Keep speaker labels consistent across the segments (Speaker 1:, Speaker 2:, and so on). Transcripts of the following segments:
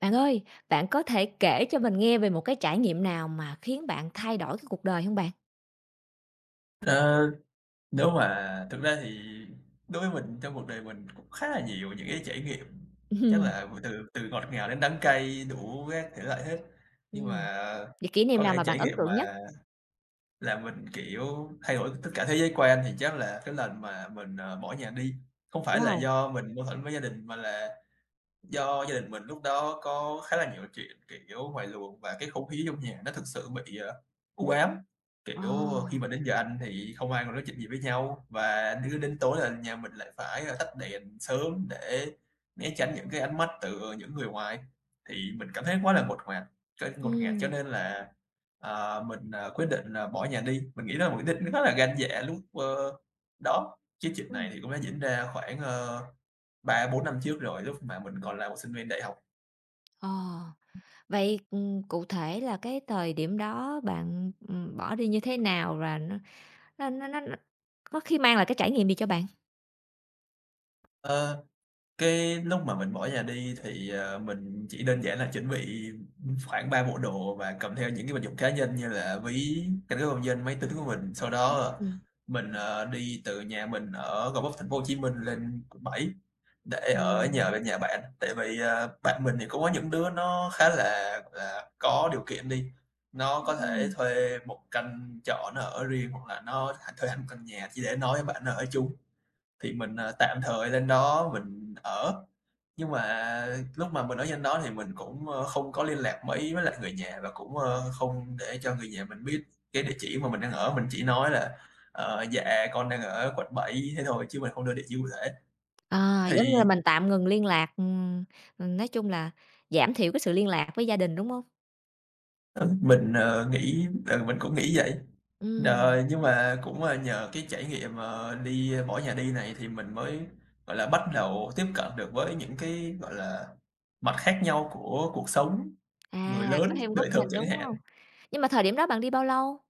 Speaker 1: Bạn ơi, bạn có thể kể cho mình nghe về một cái trải nghiệm nào mà khiến bạn thay đổi cái cuộc đời hông bạn?
Speaker 2: Ờ, Nếu mà thực ra thì đối với mình trong cuộc đời mình cũng khá là nhiều những cái trải nghiệm, chắc
Speaker 1: Ừm,
Speaker 2: là từ từ ngọt ngào đến đắng cay đủ các thể loại hết. Nhưng
Speaker 1: ừm,
Speaker 2: mà
Speaker 1: vậy kỷ
Speaker 2: có
Speaker 1: niệm nào
Speaker 2: lẽ
Speaker 1: mà
Speaker 2: trải
Speaker 1: bạn ấn
Speaker 2: nghiệm mà
Speaker 1: tượng nhất?
Speaker 2: làm mình, kiểu, thay đổi tất cả thế giới quan thì chắc là cái lần mà mình, bỏ nhà đi, không phải là
Speaker 1: Wow!
Speaker 2: do mình mâu thuẫn với gia đình mà là do gia đình mình lúc đó có khá là nhiều chuyện, kiểu, ngoài luồng và cái không khí trong nhà nó thực sự bị, u ám.
Speaker 1: Ờ,
Speaker 2: Kiểu, khi mà đến giờ ăn thì không ai còn nói chuyện gì với nhau, và cứ đến tối là nhà mình lại phải, tắt đèn sớm để né tránh những cái ánh mắt từ những người ngoài. Thì mình cảm thấy quá là ngột ngạt, cho
Speaker 1: ừm,
Speaker 2: nên là, mình, quyết định là bỏ nhà đi. Mình nghĩ đó là một quyết định khá là gan dạ lúc, đó, chứ chuyện này
Speaker 1: ừm,
Speaker 2: thì cũng đã diễn ra khoảng, 3, 4 năm trước rồi, lúc mà mình còn là một sinh viên đại học.
Speaker 1: ờ, vậy, cụ thể là cái thời điểm đó bạn, bỏ đi như thế nào và nó có khi mang lại cái trải nghiệm gì cho bạn?
Speaker 2: Ơ, cái lúc mà mình bỏ nhà đi thì mình chỉ đơn giản là chuẩn bị khoảng 3 bộ đồ và cầm theo những cái vật dụng cá nhân như là ví, căn cước công dân, máy tính của mình. Sau đó
Speaker 1: Ừm.
Speaker 2: mình đi từ nhà mình ở Gò Vấp, thành phố Hồ Chí Minh, lên quận 7 để ở
Speaker 1: Ừm,
Speaker 2: nhờ bên nhà bạn, tại vì bạn mình thì cũng có những đứa nó khá là, gọi là, có điều kiện. Đi nó có thể
Speaker 1: ừm.
Speaker 2: thuê một căn trọ nó ở riêng, hoặc là nó thuê hẳn một căn nhà chỉ để nói với bạn nó ở chung. Thì mình tạm thời lên đó mình ở. Nhưng mà lúc mà mình ở trên đó thì mình cũng, không có liên lạc mấy với lại người nhà, và cũng, không để cho người nhà mình biết cái địa chỉ mà mình đang ở. Mình chỉ nói là "Ờ, dạ con đang ở quận 7", thế thôi chứ mình không đưa địa chỉ cụ thể.
Speaker 1: À, giống như là
Speaker 2: Thì,
Speaker 1: mình tạm ngừng liên lạc, nói chung là giảm thiểu cái sự liên lạc với gia đình, đúng hông?
Speaker 2: ừ, mình cũng nghĩ vậy.
Speaker 1: Ừm.
Speaker 2: Nhưng mà cũng, nhờ cái trải nghiệm, đi bỏ nhà đi này thì mình mới, gọi là, bắt đầu tiếp cận được với những cái, gọi là, mặt khác nhau của cuộc sống, người
Speaker 1: À, có
Speaker 2: lớn,
Speaker 1: thêm
Speaker 2: đời
Speaker 1: góc
Speaker 2: thực
Speaker 1: nhìn,
Speaker 2: chẳng
Speaker 1: đúng
Speaker 2: hạn.
Speaker 1: hông? Nhưng mà thời điểm đó bạn đi bao lâu?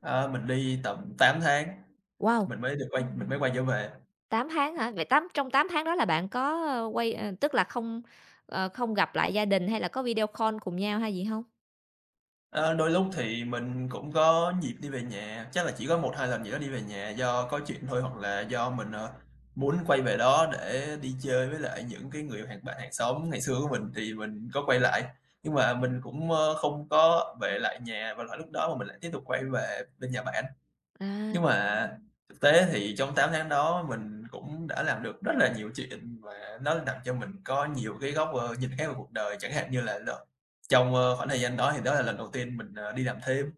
Speaker 2: Ờ, mình đi tầm 8 tháng.
Speaker 1: Wow,
Speaker 2: Mình mới quay trở về.
Speaker 1: 8 tháng hả? Vậy trong 8 tháng đó là bạn có, tức là không gặp lại gia đình hay là có video call cùng nhau hay gì hông?
Speaker 2: Đôi lúc thì mình cũng có dịp đi về nhà, chắc là chỉ có 1-2 lần gì đó đi về nhà do có chuyện thôi, hoặc là do mình, muốn quay về đó để đi chơi với lại những cái người hàng xóm ngày xưa của mình, thì mình có quay lại. Nhưng mà mình cũng, không có về lại nhà vào lại lúc đó, mà mình lại tiếp tục quay về bên nhà bạn.
Speaker 1: À,
Speaker 2: Nhưng mà thực tế thì trong 8 tháng đó mình cũng đã làm được rất là nhiều chuyện, và nó làm cho mình có nhiều cái góc, nhìn khác về cuộc đời. Chẳng hạn như là trong, khoảng thời gian đó thì đó là lần đầu tiên mình, đi làm thêm,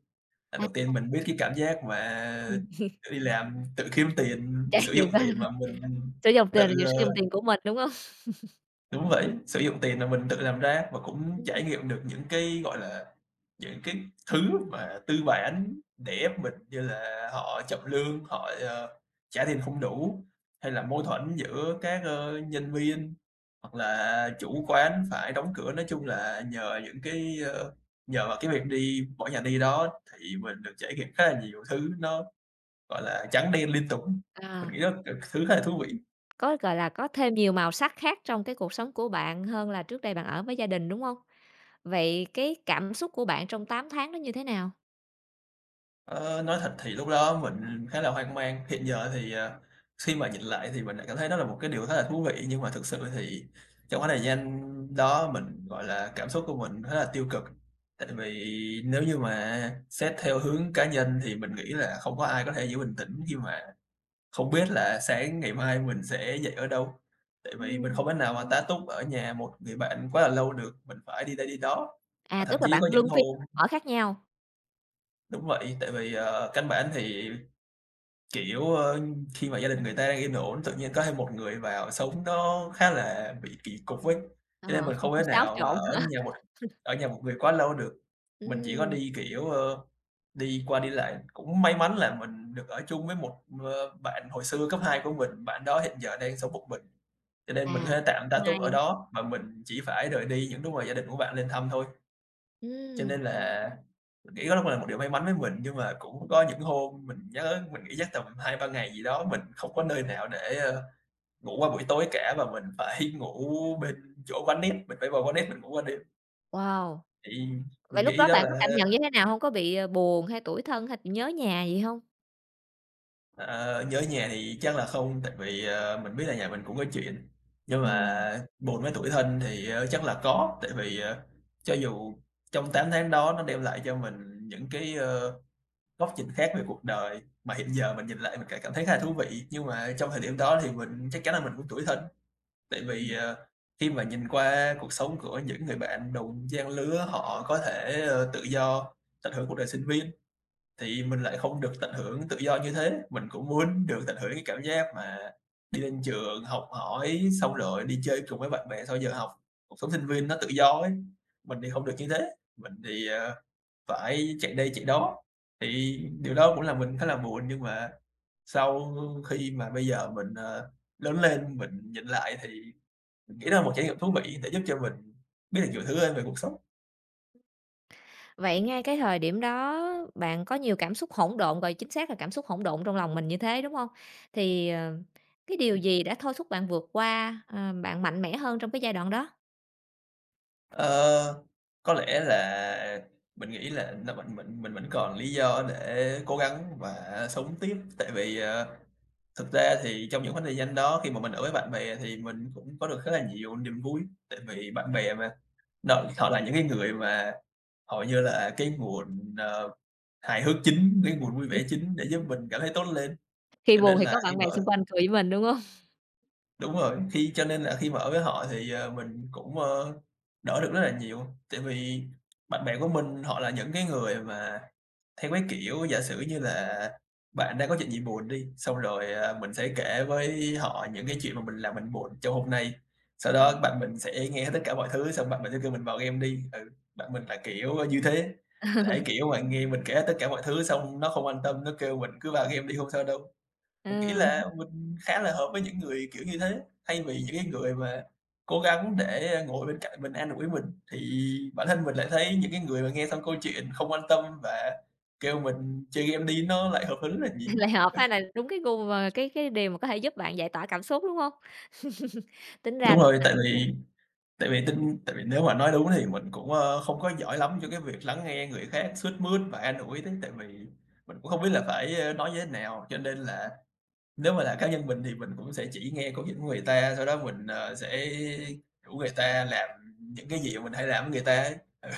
Speaker 2: lần
Speaker 1: à,
Speaker 2: đầu tiên mình biết cái cảm giác mà
Speaker 1: ừm,
Speaker 2: đi làm tự kiếm tiền,
Speaker 1: trải
Speaker 2: sử dụng
Speaker 1: nghiệm
Speaker 2: tiền mà mình tự,
Speaker 1: sử dụng
Speaker 2: ờ
Speaker 1: tiền của mình, đúng hông?
Speaker 2: Đúng vậy, sử dụng tiền là mình tự làm ra, và cũng trải
Speaker 1: Ừm,
Speaker 2: nghiệm được những cái, gọi là, những cái thứ mà tư bản để ép mình như là họ chậm lương, họ, trả tiền không đủ, hay là mâu thuẫn giữa các, nhân viên, hoặc là chủ quán phải đóng cửa. Nói chung là nhờ vào cái việc đi mỗi nhà đi đó thì mình được trải nghiệm khá là nhiều thứ nó, gọi là, trắng đen liên tục. Mình
Speaker 1: à,
Speaker 2: nghĩ đó thứ khá là thú vị.
Speaker 1: có, gọi là, có thêm nhiều màu sắc khác trong cái cuộc sống của bạn hơn là trước đây bạn ở với gia đình, đúng hông? Vậy cái cảm xúc của bạn trong 8 tháng đó như thế nào?
Speaker 2: Ờ, nói thật thì lúc đó mình khá là hoang mang. Hiện giờ thì, khi mà nhìn lại thì mình lại cảm thấy nó là một cái điều khá là thú vị, nhưng mà thực sự thì trong khoảng thời gian đó mình, gọi là, cảm xúc của mình khá là tiêu cực. Tại vì nếu như mà xét theo hướng cá nhân thì mình nghĩ là không có ai có thể giữ bình tĩnh khi mà không biết là sáng ngày mai mình sẽ dậy ở đâu. Tại vì mình
Speaker 1: Ừm,
Speaker 2: không thể nào mà tá túc ở nhà một người bạn quá là lâu được, mình phải đi đây đi đó,
Speaker 1: à,
Speaker 2: và thậm
Speaker 1: tức là
Speaker 2: chí
Speaker 1: bạn
Speaker 2: có những
Speaker 1: luân phiên
Speaker 2: hôm
Speaker 1: ở khác nhau,
Speaker 2: đúng vậy, tại vì, căn bản thì kiểu, khi mà gia đình người ta đang yên ổn, tự nhiên có thêm một người vào sống nó khá là bị kỳ cục ấy,
Speaker 1: ờ,
Speaker 2: cho nên mình
Speaker 1: hông
Speaker 2: không thể
Speaker 1: hông xáo
Speaker 2: nào mà
Speaker 1: trộn.
Speaker 2: ở nhà một người quá lâu được. Mình chỉ có
Speaker 1: Ừm.
Speaker 2: đi, kiểu, đi qua đi lại. Cũng may mắn là mình được ở chung với một, bạn hồi xưa cấp 2 của mình. Bạn đó hiện giờ đang sống một mình, cho nên mình có
Speaker 1: À,
Speaker 2: thể tạm tá túc ở
Speaker 1: may.
Speaker 2: đó, và mình chỉ phải rời đi những lúc mà gia đình của bạn lên thăm thôi. Cho
Speaker 1: Ừm,
Speaker 2: nên là mình nghĩ đó cũng là một điều may mắn với mình, nhưng mà cũng có những hôm mình nhớ mình nghỉ chắc tầm 2-3 ngày gì đó, mình không có nơi nào để, ngủ qua buổi tối cả, và mình phải ngủ bên chỗ quán net, mình phải vào quán net mình ngủ qua đêm.
Speaker 1: wow!
Speaker 2: Thì mình
Speaker 1: Vậy lúc
Speaker 2: nghĩ
Speaker 1: đó
Speaker 2: đó
Speaker 1: bạn có
Speaker 2: là,
Speaker 1: cảm nhận như thế nào hông? Có bị, buồn hay tủi thân hay nhớ nhà gì hông?
Speaker 2: ờ, nhớ nhà thì chắc là không, tại vì, mình biết là nhà mình cũng có chuyện, nhưng
Speaker 1: Ừm,
Speaker 2: mà buồn với tủi thân thì, chắc là có, tại vì, cho dù trong 8 tháng đó nó đem lại cho mình những cái, góc nhìn khác về cuộc đời mà hiện giờ mình nhìn lại mình cảm thấy khá là thú vị. Nhưng mà trong thời điểm đó thì mình chắc chắn là mình cũng tủi thân, tại vì,
Speaker 1: ừm.
Speaker 2: khi mà nhìn qua cuộc sống của những người bạn đồng trang lứa họ có thể, tự do tận hưởng cuộc đời sinh viên, thì mình lại không được tận hưởng tự do như thế. Mình cũng muốn được tận hưởng cái cảm giác mà đi lên trường, học hỏi, xong rồi đi chơi cùng với bạn bè sau giờ học. Cuộc sống sinh viên nó tự do ấy, mình thì không được như thế, mình thì, phải chạy đây chạy đó, thì điều đó cũng làm mình khá là buồn. Nhưng mà sau khi mà bây giờ mình, lớn lên, mình nhìn lại thì mình nghĩ đó là một trải nghiệm thú vị để giúp cho mình biết được nhiều thứ hơn về cuộc sống.
Speaker 1: Vậy ngay cái thời điểm đó bạn có nhiều cảm xúc hỗn độn, gọi chính xác là cảm xúc hỗn độn trong lòng mình như thế, đúng hông? Thì, cái điều gì đã thôi thúc bạn vượt qua, bạn mạnh mẽ hơn trong cái giai đoạn đó?
Speaker 2: Ờ, có lẽ là mình nghĩ là mình vẫn còn lý do để cố gắng và sống tiếp, tại vì, thực ra thì trong những khoảng thời gian đó khi mà mình ở với bạn bè thì mình cũng có được khá là nhiều niềm vui, tại vì bạn bè mà, đó, họ là những cái người mà họ như là cái nguồn, hài hước chính, cái nguồn vui vẻ chính để giúp mình cảm thấy tốt lên,
Speaker 1: Khi
Speaker 2: cho nên
Speaker 1: buồn thì
Speaker 2: là
Speaker 1: có
Speaker 2: khi
Speaker 1: bạn
Speaker 2: mà
Speaker 1: bè
Speaker 2: Ừ.
Speaker 1: xung quanh cười với mình, đúng hông?
Speaker 2: Đúng rồi, cho nên là khi mà ở với họ thì, mình cũng, đỡ được rất là nhiều. Tại vì bạn bè của mình họ là những cái người mà theo cái kiểu giả sử như là bạn đang có chuyện gì buồn đi, xong rồi, à, mình sẽ kể với họ những cái chuyện mà mình làm mình buồn trong hôm nay. Sau đó bạn mình sẽ nghe hết tất cả mọi thứ, xong bạn mình sẽ kêu mình vào game đi. Ừ, bạn mình là kiểu như thế, là cái kiểu mà nghe mình kể hết tất cả mọi thứ xong nó không quan tâm, nó kêu mình cứ vào game đi, không sao đâu. Mình nghĩ
Speaker 1: Ừ,
Speaker 2: là mình khá là hợp với những người kiểu như thế, thay vì những cái người mà cố gắng để ngồi bên cạnh mình an ủi mình, thì bản thân mình lại thấy những cái người mà nghe xong câu chuyện không quan tâm và kêu mình chơi game đi nó lại hợp hơn rất là nhiều.
Speaker 1: lại hợp ha, là đúng cái gu mà cái điều mà có thể giúp bạn giải tỏa cảm xúc, đúng hông? Tính ra
Speaker 2: Đúng rồi, tại vì nếu mà nói đúng thì mình cũng, không có giỏi lắm cho cái việc lắng nghe người khác, sướt mướt và an ủi đấy, tại vì mình cũng không biết là phải, nói như thế nào, cho nên là nếu mà là cá nhân mình thì mình cũng sẽ chỉ nghe câu chuyện của người ta, sau đó mình, sẽ rủ người ta làm những cái gì mà mình hay làm với người ta ấy. Ừ.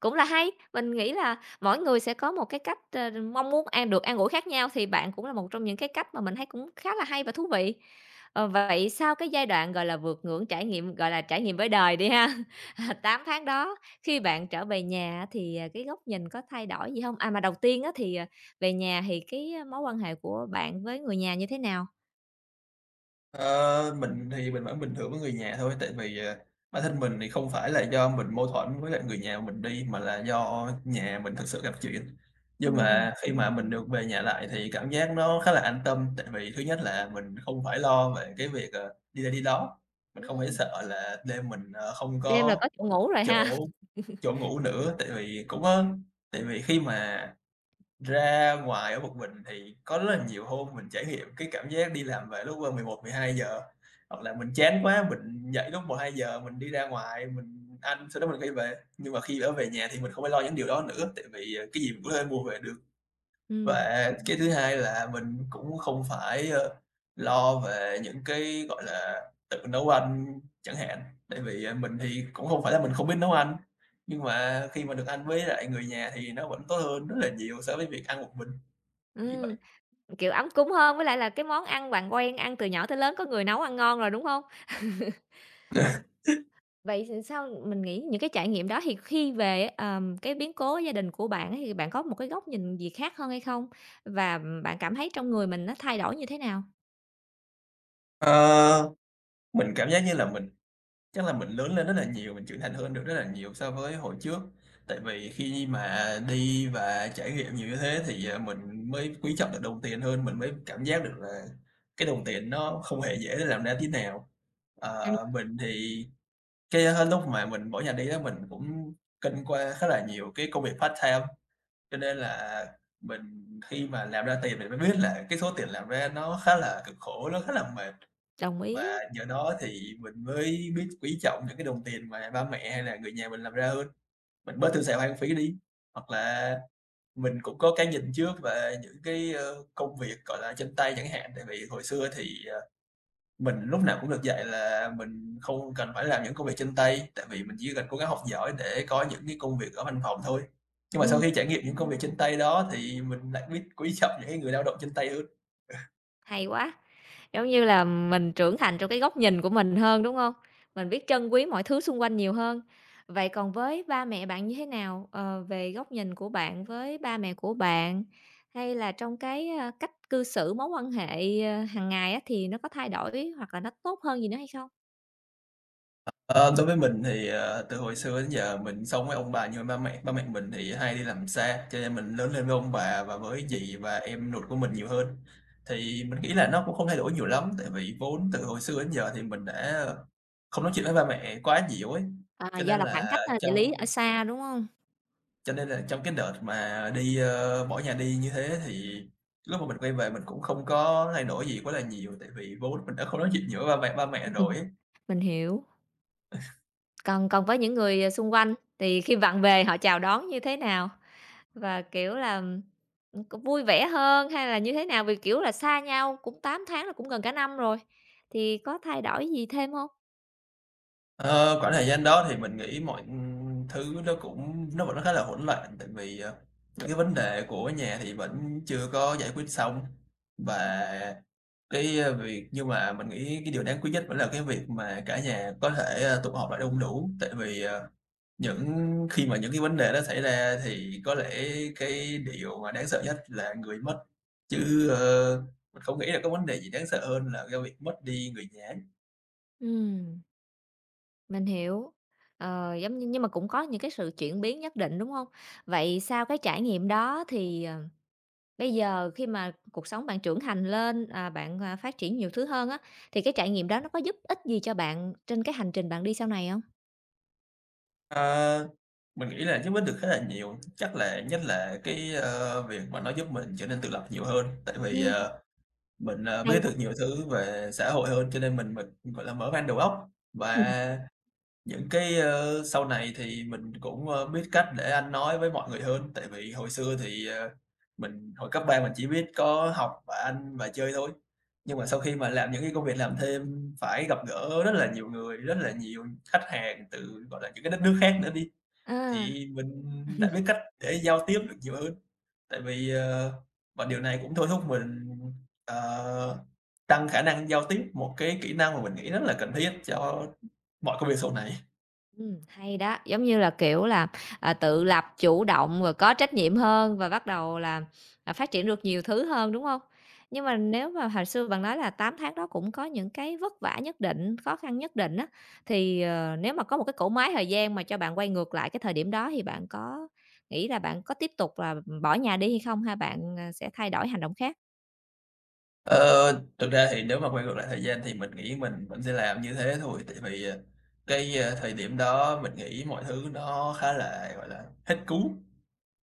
Speaker 1: cũng là hay, mình nghĩ là mỗi người sẽ có một cái cách, mong muốn an được an ủi khác nhau thì bạn cũng là một trong những cái cách mà mình thấy cũng khá là hay và thú vị. Ờ, vậy sau cái giai đoạn, gọi là, vượt ngưỡng trải nghiệm, gọi là, trải nghiệm với đời đi ha, 8 tháng đó, khi bạn trở về nhà á thì, à, cái góc nhìn có thay đổi gì không? À, mà đầu tiên á thì, à, về nhà thì mối quan hệ của bạn với người nhà như thế nào?
Speaker 2: Ờ, mình thì mình vẫn bình thường với người nhà thôi, tại vì, bản thân mình thì không phải là do mình mâu thuẫn với lại người nhà mình đi, mà là do nhà mình thực sự gặp chuyện. Nhưng
Speaker 1: Ừm,
Speaker 2: mà khi mà mình được về nhà lại thì cảm giác nó khá là an tâm, tại vì thứ nhất là mình không phải lo về cái việc, đi đây đi đó, mình không phải
Speaker 1: ừm,
Speaker 2: sợ là đêm mình, không
Speaker 1: đêm là
Speaker 2: có
Speaker 1: có chỗ ngủ rồi
Speaker 2: Chỗ
Speaker 1: ha?
Speaker 2: chỗ ngủ nữa, tại vì khi mà ra ngoài ở một mình thì có rất là nhiều hôm mình trải nghiệm cái cảm giác đi làm về lúc, 11:00 giờ, hoặc là mình chán quá mình dậy lúc 1:00 giờ mình đi ra ngoài mình ăn, sau đó mình quay về. Nhưng mà khi ở về nhà thì mình không phải lo những điều đó nữa, tại vì, cái gì mình cũng có thể mua về được. Và
Speaker 1: Ừm,
Speaker 2: cái thứ hai là mình cũng không phải, lo về những cái, gọi là, tự nấu ăn chẳng hạn, tại vì, mình thì cũng không phải là mình không biết nấu ăn, nhưng mà khi mà được ăn với lại người nhà thì nó vẫn tốt hơn rất là nhiều so với việc ăn một mình, như vậy.
Speaker 1: ừm. Kiểu, ấm cúng hơn, với lại là cái món ăn bạn quen ăn từ nhỏ tới lớn, có người nấu ăn ngon rồi, đúng không? Vậy thì sao mình nghĩ những cái trải nghiệm đó thì khi về á, cái biến cố gia đình của bạn á, thì bạn có một cái góc nhìn gì khác hơn hay không? Và, bạn cảm thấy trong người mình nó thay đổi như thế nào?
Speaker 2: Ờ, mình cảm giác như là Chắc là mình lớn lên rất là nhiều, mình trưởng thành hơn được rất là nhiều so với hồi trước. Tại vì khi mà đi và trải nghiệm nhiều như thế thì, mình mới quý trọng được đồng tiền hơn, mình mới cảm giác được là cái đồng tiền nó không hề dễ để làm ra tí nào.
Speaker 1: Ừm,
Speaker 2: Mình thì cái, lúc mà mình bỏ nhà đi đó mình cũng kinh qua khá là nhiều cái công việc part-time, cho nên là mình khi mà làm ra tiền mình mới biết là cái số tiền làm ra nó khá là cực khổ, nó khá là mệt.
Speaker 1: đồng ý á.
Speaker 2: Và nhờ đó thì mình mới biết quý trọng những cái đồng tiền mà ba mẹ hay là người nhà mình làm ra hơn, mình bớt tiêu xài hoang phí đi. Hoặc là mình cũng có cái nhìn trước về những cái, công việc, gọi là, chân tay chẳng hạn, tại vì hồi xưa thì, mình lúc nào cũng được dạy là mình không cần phải làm những công việc chân tay, tại vì mình chỉ cần cố gắng học giỏi để có những cái công việc ở văn phòng thôi. Nhưng mà sau
Speaker 1: Ừm,
Speaker 2: khi trải nghiệm những công việc chân tay đó thì mình lại biết quý trọng những cái người lao động chân tay hơn.
Speaker 1: hay quá! Giống như là mình trưởng thành trong cái góc nhìn của mình hơn, đúng không? Mình biết trân quý mọi thứ xung quanh nhiều hơn. Vậy còn với ba mẹ bạn như thế nào? Ờ, về góc nhìn của bạn với ba mẹ của bạn, hay là trong cái, cách cư xử, mối quan hệ, hàng ngày á, thì nó có thay đổi hoặc là nó tốt hơn gì nữa hay không?
Speaker 2: Ờ, Đối với mình thì, từ hồi xưa đến giờ mình sống với ông bà như ba mẹ. Ba mẹ mình thì hay đi làm xa, cho nên mình lớn lên với ông bà và với dì và em ruột của mình nhiều hơn. Thì mình nghĩ là nó cũng không thay đổi nhiều lắm, tại vì vốn từ hồi xưa đến giờ thì mình đã không nói chuyện với ba mẹ quá nhiều ấy.
Speaker 1: À,
Speaker 2: Cho
Speaker 1: do
Speaker 2: nên
Speaker 1: là khoảng
Speaker 2: là
Speaker 1: cách, địa
Speaker 2: trong
Speaker 1: lý ở xa, đúng không?
Speaker 2: cho nên là trong cái đợt mà đi, bỏ nhà đi như thế thì lúc mà mình quay về mình cũng không có thay đổi gì quá là nhiều, tại vì vốn mình đã không nói chuyện nhiều với ba mẹ rồi ấy.
Speaker 1: Mình hiểu. Còn còn với những người, xung quanh thì khi bạn về họ chào đón như thế nào? Và, kiểu là, vui vẻ hơn hay là như thế nào? Vì, kiểu là, xa nhau cũng 8 tháng là cũng gần cả năm rồi, thì có thay đổi gì thêm không?
Speaker 2: Ờ, Khoảng thời gian đó thì mình nghĩ mọi thứ nó vẫn khá là hỗn loạn, tại vì, những cái vấn đề của nhà thì vẫn chưa có giải quyết xong. Và cái, ơ, việc nhưng mà mình nghĩ cái điều đáng quý nhất vẫn là cái việc mà cả nhà có thể, tụ họp lại đông đủ, tại vì, những khi mà những cái vấn đề đó xảy ra thì có lẽ cái điều mà đáng sợ nhất là người mất, chứ, mình không nghĩ là có vấn đề gì đáng sợ hơn là cái việc mất đi người nhà.
Speaker 1: Ừm, mình hiểu. Ờ, giống như nhưng mà cũng có những cái sự chuyển biến nhất định, đúng không? Vậy sau cái trải nghiệm đó thì, bây giờ khi mà cuộc sống bạn trưởng thành lên, à, bạn, à, phát triển nhiều thứ hơn á, thì cái trải nghiệm đó nó có giúp ích gì cho bạn trên cái hành trình bạn đi sau này không?
Speaker 2: Ờ, mình nghĩ là giúp ích được khá là nhiều, chắc là nhất là cái, việc mà nó giúp mình trở nên tự lập nhiều hơn, tại vì,
Speaker 1: Ừm,
Speaker 2: mình, biết
Speaker 1: hay quá.
Speaker 2: được nhiều thứ về xã hội hơn, cho nên mình, gọi là, mở mang đầu óc. Và những cái, sau này thì mình cũng, biết cách để ăn nói với mọi người hơn, tại vì hồi xưa thì, mình hồi cấp 3 mình chỉ biết có học và ăn và chơi thôi. Nhưng mà sau khi mà làm những cái công việc làm thêm phải gặp gỡ rất là nhiều người, rất là nhiều khách hàng từ, gọi là, những cái đất nước khác nữa đi,
Speaker 1: Ờ.
Speaker 2: thì mình đã biết cách để giao tiếp được nhiều hơn, tại vì, và điều này cũng thôi thúc mình, ờ, tăng khả năng giao tiếp, một cái kỹ năng mà mình nghĩ rất là cần thiết cho mọi công việc sau này.
Speaker 1: Hay đó, giống như là, kiểu là, à, tự lập, chủ động và có trách nhiệm hơn và bắt đầu là, à, phát triển được nhiều thứ hơn, đúng không? Nhưng mà nếu mà hồi xưa bạn nói là 8 tháng đó cũng có những cái vất vả nhất định, khó khăn nhất định á, thì, nếu mà có một cái cỗ máy thời gian mà cho bạn quay ngược lại cái thời điểm đó thì bạn có nghĩ là bạn có tiếp tục là bỏ nhà đi hay không? Hay bạn, à, sẽ thay đổi hành động khác?
Speaker 2: Ờ, Thực ra thì nếu mà quay ngược lại thời gian thì mình nghĩ mình vẫn sẽ làm như thế thôi, tại vì, thời điểm đó mình nghĩ mọi thứ nó khá là, gọi là, hết cứu.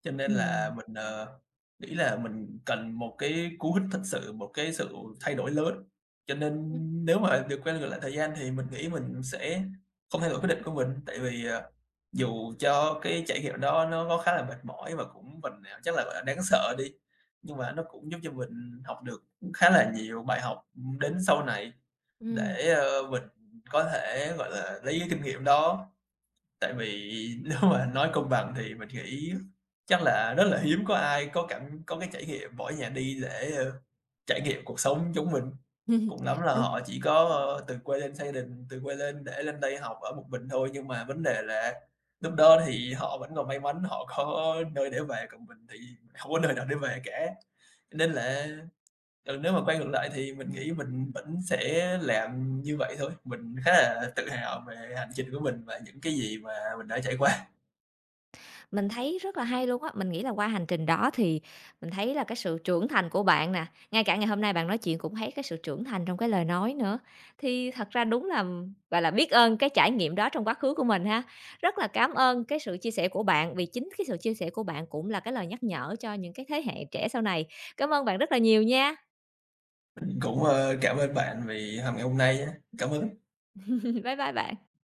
Speaker 2: Cho nên là
Speaker 1: Ừm.
Speaker 2: mình, nghĩ là mình cần một cái cú hích thật sự, một cái sự thay đổi lớn. Cho nên
Speaker 1: Ừm.
Speaker 2: nếu mà được quay ngược lại thời gian thì mình nghĩ mình sẽ không thay đổi quyết định của mình, tại vì, dù cho cái trải nghiệm đó nó có khá là mệt mỏi và cũng phần nào chắc là, gọi là, đáng sợ đi, nhưng mà nó cũng giúp cho mình học được khá là nhiều bài học, đến sau này
Speaker 1: Ừm.
Speaker 2: để, mình có thể, gọi là, lấy cái kinh nghiệm đó. Tại vì nếu mà nói công bằng thì mình nghĩ chắc là rất là hiếm có ai có cái trải nghiệm bỏ nhà đi để, trải nghiệm cuộc sống giống mình. Cùng lắm là họ chỉ có, từ quê lên để lên đây học ở một mình thôi, nhưng mà vấn đề là lúc đó thì họ vẫn còn may mắn họ có nơi để về, còn mình thì hông có nơi nào để về cả. Cho nên là, ừ, nếu mà quay ngược lại thì mình nghĩ mình vẫn sẽ làm như vậy thôi. Mình khá là tự hào về hành trình của mình và những cái gì mà mình đã trải qua.
Speaker 1: Mình thấy rất là hay luôn á, mình nghĩ là qua hành trình đó thì mình thấy là cái sự trưởng thành của bạn nè, ngay cả ngày hôm nay bạn nói chuyện cũng thấy cái sự trưởng thành trong cái lời nói nữa. Thì thật ra đúng là, gọi là, biết ơn cái trải nghiệm đó trong quá khứ của mình ha. Rất là cảm ơn cái sự chia sẻ của bạn, vì chính cái sự chia sẻ của bạn cũng là cái lời nhắc nhở cho những cái thế hệ trẻ sau này. Cảm ơn bạn rất là nhiều nha.
Speaker 2: Mình cũng, cảm ơn bạn vì ngày hôm nay nhá. Cảm ơn.
Speaker 1: Bye bye bạn.